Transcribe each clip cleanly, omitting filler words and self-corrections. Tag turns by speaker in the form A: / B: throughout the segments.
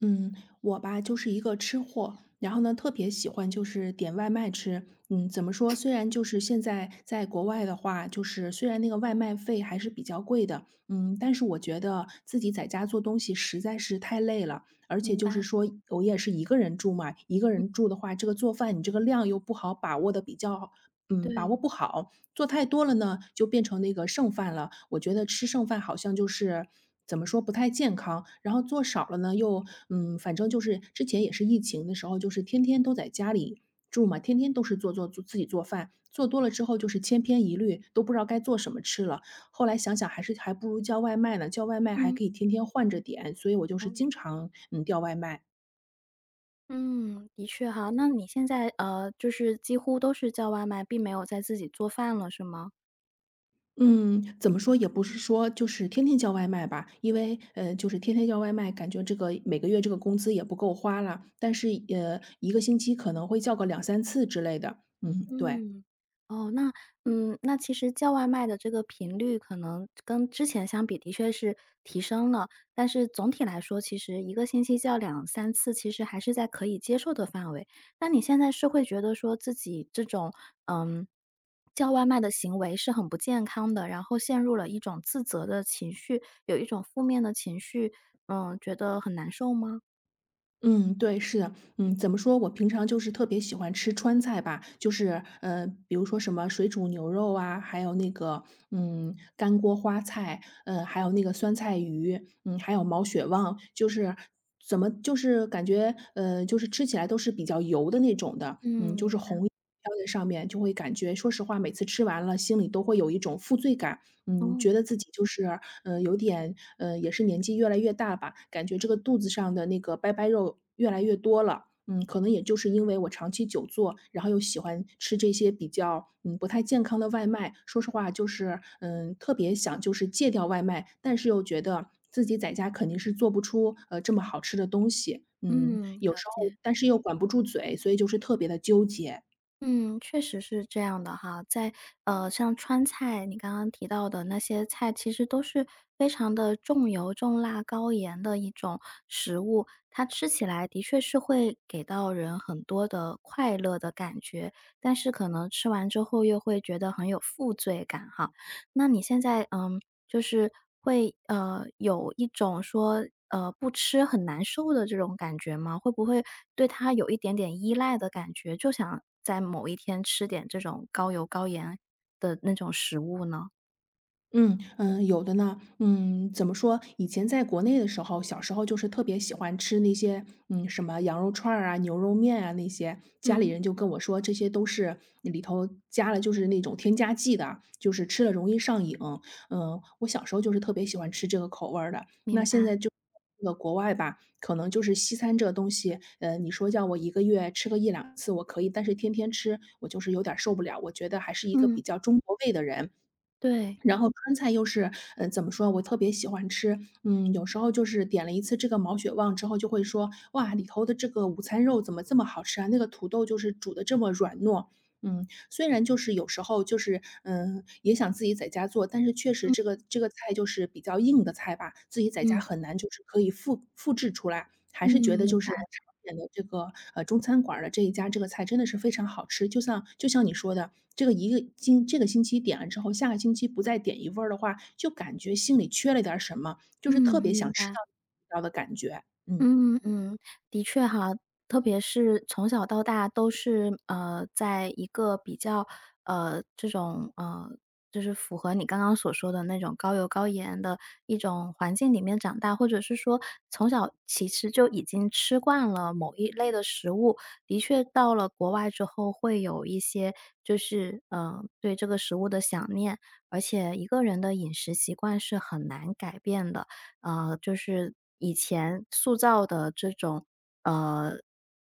A: 嗯，我吧就是一个吃货，然后呢特别喜欢就是点外卖吃。怎么说？虽然就是现在在国外的话，就是虽然那个外卖费还是比较贵的，但是我觉得自己在家做东西实在是太累了，而且
B: 明
A: 就是
B: 白，
A: 说我也是一个人住嘛，一个
B: 嗯，
A: 人住的话，这个做饭你这个量又不好把握的比较，把
B: 对，
A: 握不好，做太多了呢，就变成那个剩饭了。我觉得吃剩饭好像就是怎么说不太健康，然后做少了呢，又反正就是之前也是疫情的时候，就是天天都在家里住嘛，天天都是做自己做饭，做多了之后就是千篇一律，都不知道该做什么吃了。后来想想还是还不如叫外卖呢，叫外卖还
B: 嗯。
A: 可以天天换着点，所以我就是
B: 哦，
A: 经常叫外卖。
B: 嗯，的确哈。那你现在，就是几乎都是叫外卖，并没有在自己做饭了，是吗？
A: 嗯，怎么说也不是说就是天天叫外卖吧，因为就是天天叫外卖，感觉这个每个月这个工资也不够花了。但是一个星期可能会叫个两三次之类的。嗯，对。
B: 嗯，哦，那其实叫外卖的这个频率可能跟之前相比的确是提升了，但是总体来说，其实一个星期叫两三次，其实还是在可以接受的范围。那你现在是会觉得说自己这种，嗯，叫外卖的行为是很不健康的，然后陷入了一种自责的情绪，有一种负面的情绪，觉得很难受吗？
A: 嗯，对，是的，怎么说，我平常就是特别喜欢吃川菜吧，就是，比如说什么水煮牛肉啊，还有那个，干锅花菜，还有那个酸菜鱼，还有毛血旺，就是怎么就是感觉，就是吃起来都是比较油的那种的，
B: 嗯，明白。
A: 飘在上面，就会感觉说实话，每次吃完了心里都会有一种负罪感，觉
B: 哦，
A: 得自己就是，有点，也是年纪越来越大吧，感觉这个肚子上的那个掰掰肉越来越多了。可能也就是因为我长期久坐，然后又喜欢吃这些比较，不太健康的外卖。说实话就是，特别想就是戒掉外卖，但是又觉得自己在家肯定是做不出，这么好吃的东西。嗯，
B: 嗯，
A: 有
B: 了
A: 时候
B: 解。
A: 但是又管不住嘴，所以就是特别的纠结。
B: 嗯，确实是这样的哈，像川菜，你刚刚提到的那些菜，其实都是非常的重油、重辣、高盐的一种食物，它吃起来的确是会给到人很多的快乐的感觉，但是可能吃完之后又会觉得很有负罪感哈。那你现在，就是会，有一种说，不吃很难受的这种感觉吗？会不会对它有一点点依赖的感觉，就想在某一天吃点这种高油高盐的那种食物呢？
A: 嗯嗯，有的呢。嗯，怎么说？以前在国内的时候，小时候就是特别喜欢吃那些，什么羊肉串儿啊、牛肉面啊那些。家里
B: 嗯，
A: 人就跟我说，这些都是里头加了就是那种添加剂的，就是吃了容易上瘾。我小时候就是特别喜欢吃这个口味儿的。那
B: 明
A: 现
B: 白。
A: 在就这个国外吧，可能就是西餐这个东西，你说叫我一个月吃个一两次我可以，但是天天吃我就是有点儿受不了。我觉得还是一个
B: 嗯，
A: 比较中国味的人，
B: 对。
A: 然后川菜又是，怎么说，我特别喜欢吃，有时候就是点了一次这个毛血旺之后，就会说，哇，里头的这个午餐肉怎么这么好吃啊？那个土豆就是煮的这么软糯。虽然就是有时候就是，也想自己在家做，但是确实
B: 嗯，
A: 这个菜就是比较硬的菜吧，自己在家
B: 嗯，
A: 很难就是可以复制出来，还
B: 嗯，
A: 是觉得
B: 明
A: 就
B: 白，
A: 是我常点的这个，中餐馆儿的这一家这个菜真的是非常好吃，就像你说的，这个一个星这个星期点了之后，下个星期不再点一份儿的话，就感觉心里缺了点儿什么，就
B: 嗯，
A: 是特别
B: 明
A: 想吃
B: 白。
A: 到的感觉。嗯，
B: 嗯嗯，的确哈，特别是从小到大都是在一个比较这种就是符合你刚刚所说的那种高油高盐的一种环境里面长大，或者是说从小其实就已经吃惯了某一类的食物，的确到了国外之后会有一些就是对这个食物的想念，而且一个人的饮食习惯是很难改变的。就是以前塑造的这种呃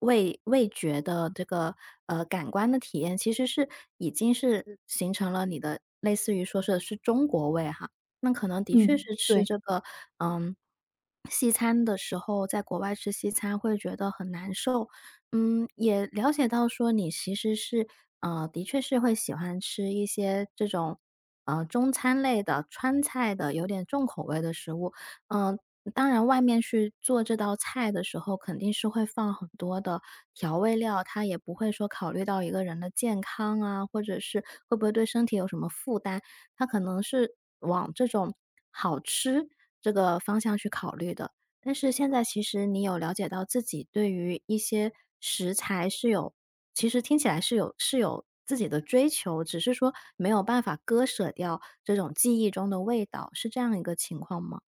B: 味觉的这个感官的体验，其实是已经是形成了你的类似于说是中国味哈。那可能的确
A: 嗯，
B: 是吃
A: 对。
B: 这个嗯西餐的时候，在国外吃西餐会觉得很难受。嗯，也了解到说你其实的确是会喜欢吃一些这种。中餐类的、川菜的，有点重口味的食物，嗯，当然外面去做这道菜的时候，肯定是会放很多的调味料，它也不会说考虑到一个人的健康啊，或者是会不会对身体有什么负担，它可能是往这种好吃这个方向去考虑的。但是现在其实你有了解到自己对于一些食材其实听起来是有自己的追求，只是说没有办法割舍掉这种记忆中的味道，是这样一个情况吗？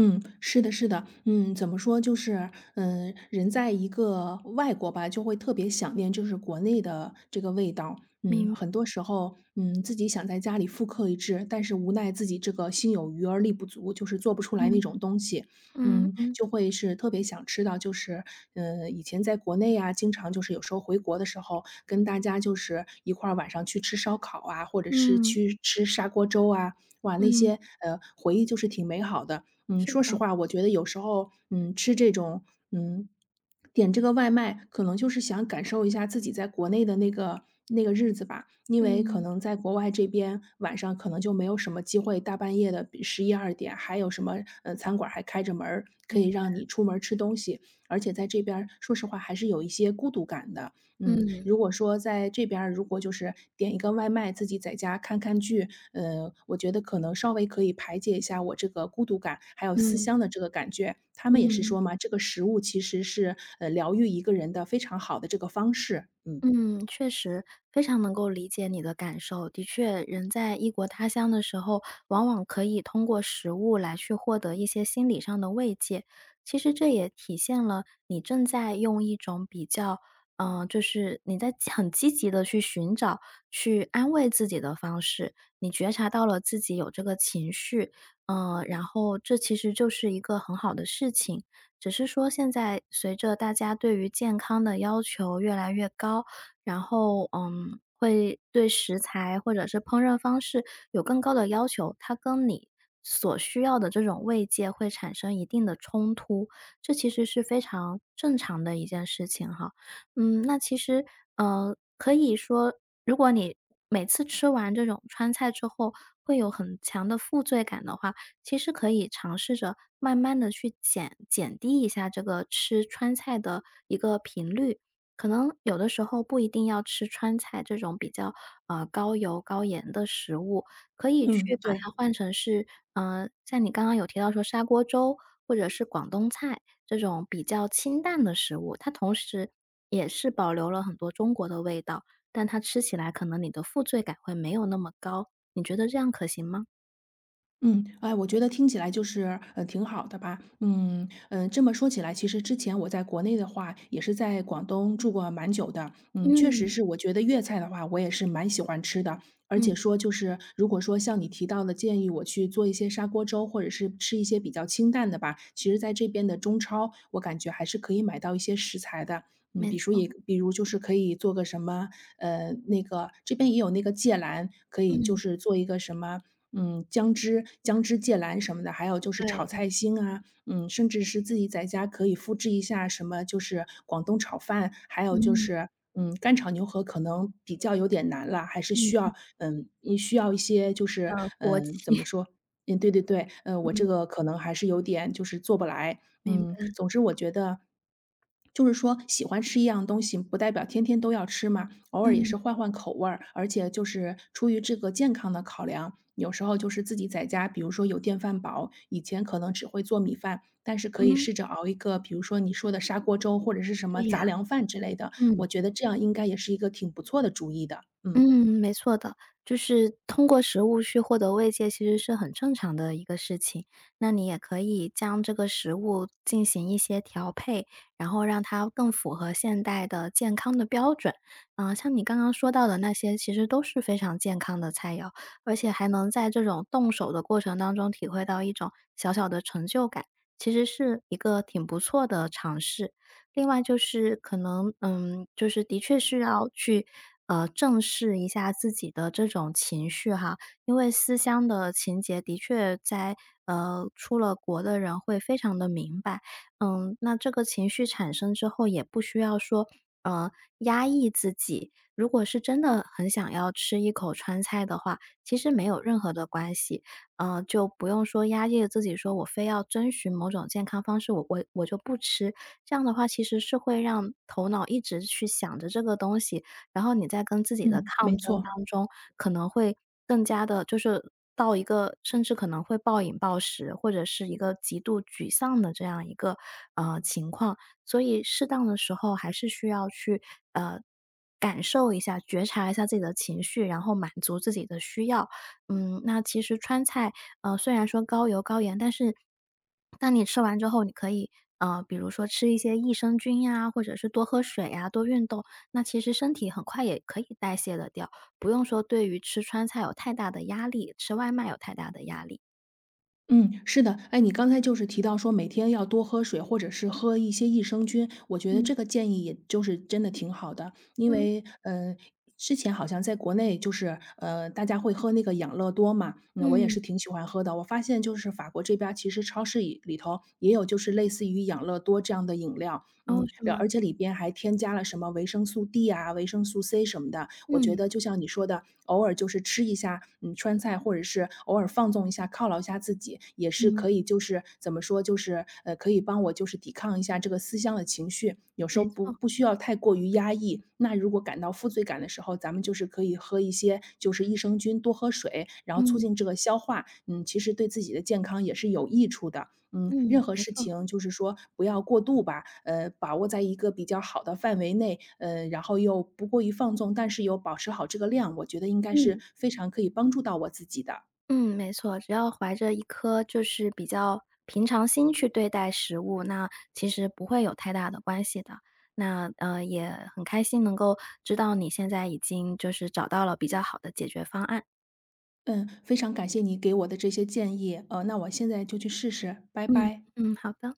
A: 嗯，是的，是的，怎么说，就是，人在一个外国吧，就会特别想念，就是国内的这个味道。很多时候，自己想在家里复刻一制，但是无奈自己这个心有余而力不足，就是做不出来那
B: 嗯
A: 种东西。
B: 嗯嗯
A: 就会是特别想吃到，就是，以前在国内啊，经常就是有时候回国的时候，跟大家就是一块儿晚上去吃烧烤啊，或者是
B: 嗯
A: 去吃砂锅粥啊，哇，那
B: 嗯，
A: 些回忆就是挺美好的。
B: 是
A: 说实
B: 的，
A: 话，我觉得有时候，吃这种，嗯，点这个外卖，可能就是想感受一下自己在国内的那个日子吧。因为可
B: 嗯，
A: 能在国外这边，晚上可能就没有什么机会，大半夜的十一二点，还有什么餐馆还开着门儿，可以
B: 明白，
A: 让你出门儿吃东西。而且在这边儿，说实话还是有一些孤独感的。
B: 嗯
A: 如果说在这边儿，如果就是点一个外卖，自己在家看看剧，我觉得可能稍微可以排解一下我这个孤独感，还有思
B: 嗯
A: 乡的这个感觉。他们也是
B: 嗯。
A: 说嘛，这个食物其实是，疗愈一个人的非常好的这个方式。嗯，
B: 嗯，确实，非常能够理解你的感受。的确，人在异国他乡的时候，往往可以通过食物来去获得一些心理上的慰藉。其实这也体现了你正在用一种比较，就是你在很积极的去寻找、去安慰自己的方式。你觉察到了自己有这个情绪，然后这其实就是一个很好的事情。只是说，现在随着大家对于健康的要求越来越高，然后，会对食材或者是烹饪方式有更高的要求，它跟你所需要的这种慰藉会产生一定的冲突，这其实是非常正常的一件事情哈。嗯，那其实，可以说，如果你每次吃完这种川菜之后会有很强的负罪感的话，其实可以尝试着慢慢的去减低一下这个吃川菜的一个频率。可能有的时候不一定要吃川菜这种比较，高油高盐的食物，可以去
A: 嗯，
B: 把
A: 对。
B: 它换成是，像你刚刚有提到说砂锅粥或者是广东菜这种比较清淡的食物，它同时也是保留了很多中国的味道，但它吃起来可能你的负罪感会没有那么高，你觉得这样可行吗？
A: 嗯，哎，我觉得听起来就是，挺好的吧。嗯，嗯，这么说起来，其实之前我在国内的话，也是在广东住过蛮久的。嗯，确实
B: 嗯，
A: 是我觉得粤菜的话，我也是蛮喜欢吃的。而
B: 嗯，
A: 且说就是，如果说像你提到的建议我去做一些砂锅粥，或者是吃一些比较清淡的吧，其实在这边的中超，我感觉还是可以买到一些食材的。
B: 没
A: 比如
B: 错，
A: 也比如就是可以做个什么，那个这边也有那个芥兰，可以就
B: 嗯，
A: 是做一个什么姜汁、姜汁芥兰什么的，还有就是炒
B: 对。
A: 菜心啊，甚至是自己在家可以复制一下什么，就是广东炒饭，还有就
B: 嗯，
A: 是，干炒牛河可能比较有点难了，还是需
B: 嗯。
A: 要，也需要一些就是，
B: 要国际。
A: 怎么 说？嗯，对对对，我这
B: 嗯，
A: 个可能还是有点就是做不来，
B: 明白。
A: 总之我觉得，就是说喜欢吃一样东西，不代表天天都要吃嘛，偶尔也
B: 嗯，
A: 是换换口味儿，而且就是出于这个健康的考量，有时候就是自己在家，比如说有电饭煲，以前可能只会做米饭，但是可以
B: 嗯，
A: 试着熬一个，比如说你说的砂锅粥或者是什么
B: 对呀。
A: 杂粮饭之类的，
B: 嗯，
A: 我觉得这样应该也是一个挺不错的主意的。
B: 嗯，
A: 嗯
B: 没错的，就是通过食物去获得慰藉，其实是很正常的一个事情。那你也可以将这个食物进行一些调配，然后让它更符合现代的健康的标准。嗯、像你刚刚说到的那些，其实都是非常健康的菜肴，而且还能在这种动手的过程当中体会到一种小小的成就感，其实是一个挺不错的尝试。另外就是可能，就是的确是要去，正视一下自己的这种情绪哈，因为思乡的情节的确在，出了国的人会非常的明白。嗯，那这个情绪产生之后也不需要说，呃，压抑自己，如果是真的很想要吃一口川菜的话，其实没有任何的关系，就不用说压抑自己说我非要遵循某种健康方式，我就不吃。这样的话其实是会让头脑一直去想着这个东西，然后你在跟自己的
A: 嗯，
B: 抗
A: 没
B: 争
A: 错。
B: 当中，可能会更加的，就是到一个甚至可能会暴饮暴食，或者是一个极度沮丧的这样一个，情况。所以适当的时候还是需要去，呃，感受一下，觉察一下自己的情绪，然后满足自己的需要。嗯，那其实川菜，虽然说高油高盐，但是当你吃完之后，你可以，比如说吃一些益生菌呀，或者是多喝水呀，多运动，那其实身体很快也可以代谢的掉，不用说对于吃川菜有太大的压力，吃外卖有太大的压力。
A: 嗯，是的，哎，你刚才就是提到说每天要多喝水，或者是喝一些益生菌，我觉得
B: 嗯，
A: 这个建议也就是真的挺好的，因
B: 嗯，
A: 为之前好像在国内就是大家会喝那个养乐多嘛，那我也
B: 嗯，
A: 是挺喜欢喝的。我发现就是法国这边儿其实超市里头也有就是类似于养乐多这样的饮料，
B: 哦，是
A: 了
B: 吗？
A: 而且里边还添加了什么维生素 D 啊、维生素 C 什么的。我觉
B: 嗯，
A: 得就像你说的，偶尔就是吃一下，川菜或者是偶尔放纵一下、犒劳一下自己，也是
B: 嗯，
A: 可以就是怎么说，就是可以帮我就是抵抗一下这个思乡的情绪。有时候
B: 没
A: 不
B: 错，
A: 不需要太过于压抑。那如果感到负罪感的时候，咱们就是可以喝一些就是益生菌，多喝水，然后促
B: 嗯，
A: 进这个消化。嗯，其实对自己的健康也是有益处的。
B: 嗯，
A: 任何
B: 没
A: 事
B: 错，
A: 情就是说不要过度吧，把握在一个比较好的范围内，然后又不过于放纵，但是又保持好这个量，我觉得应该是
B: 嗯。
A: 非常可以帮助到我自己的。
B: 嗯，没错，只要怀着一颗就是比较平常心去对待食物，那其实不会有太大的关系的。那也很开心能够知道你现在已经就是找到了比较好的解决方案。
A: 嗯，非常感谢你给我的这些建议，那我现在就去试试，拜
B: 嗯
A: 拜。
B: 嗯，好的。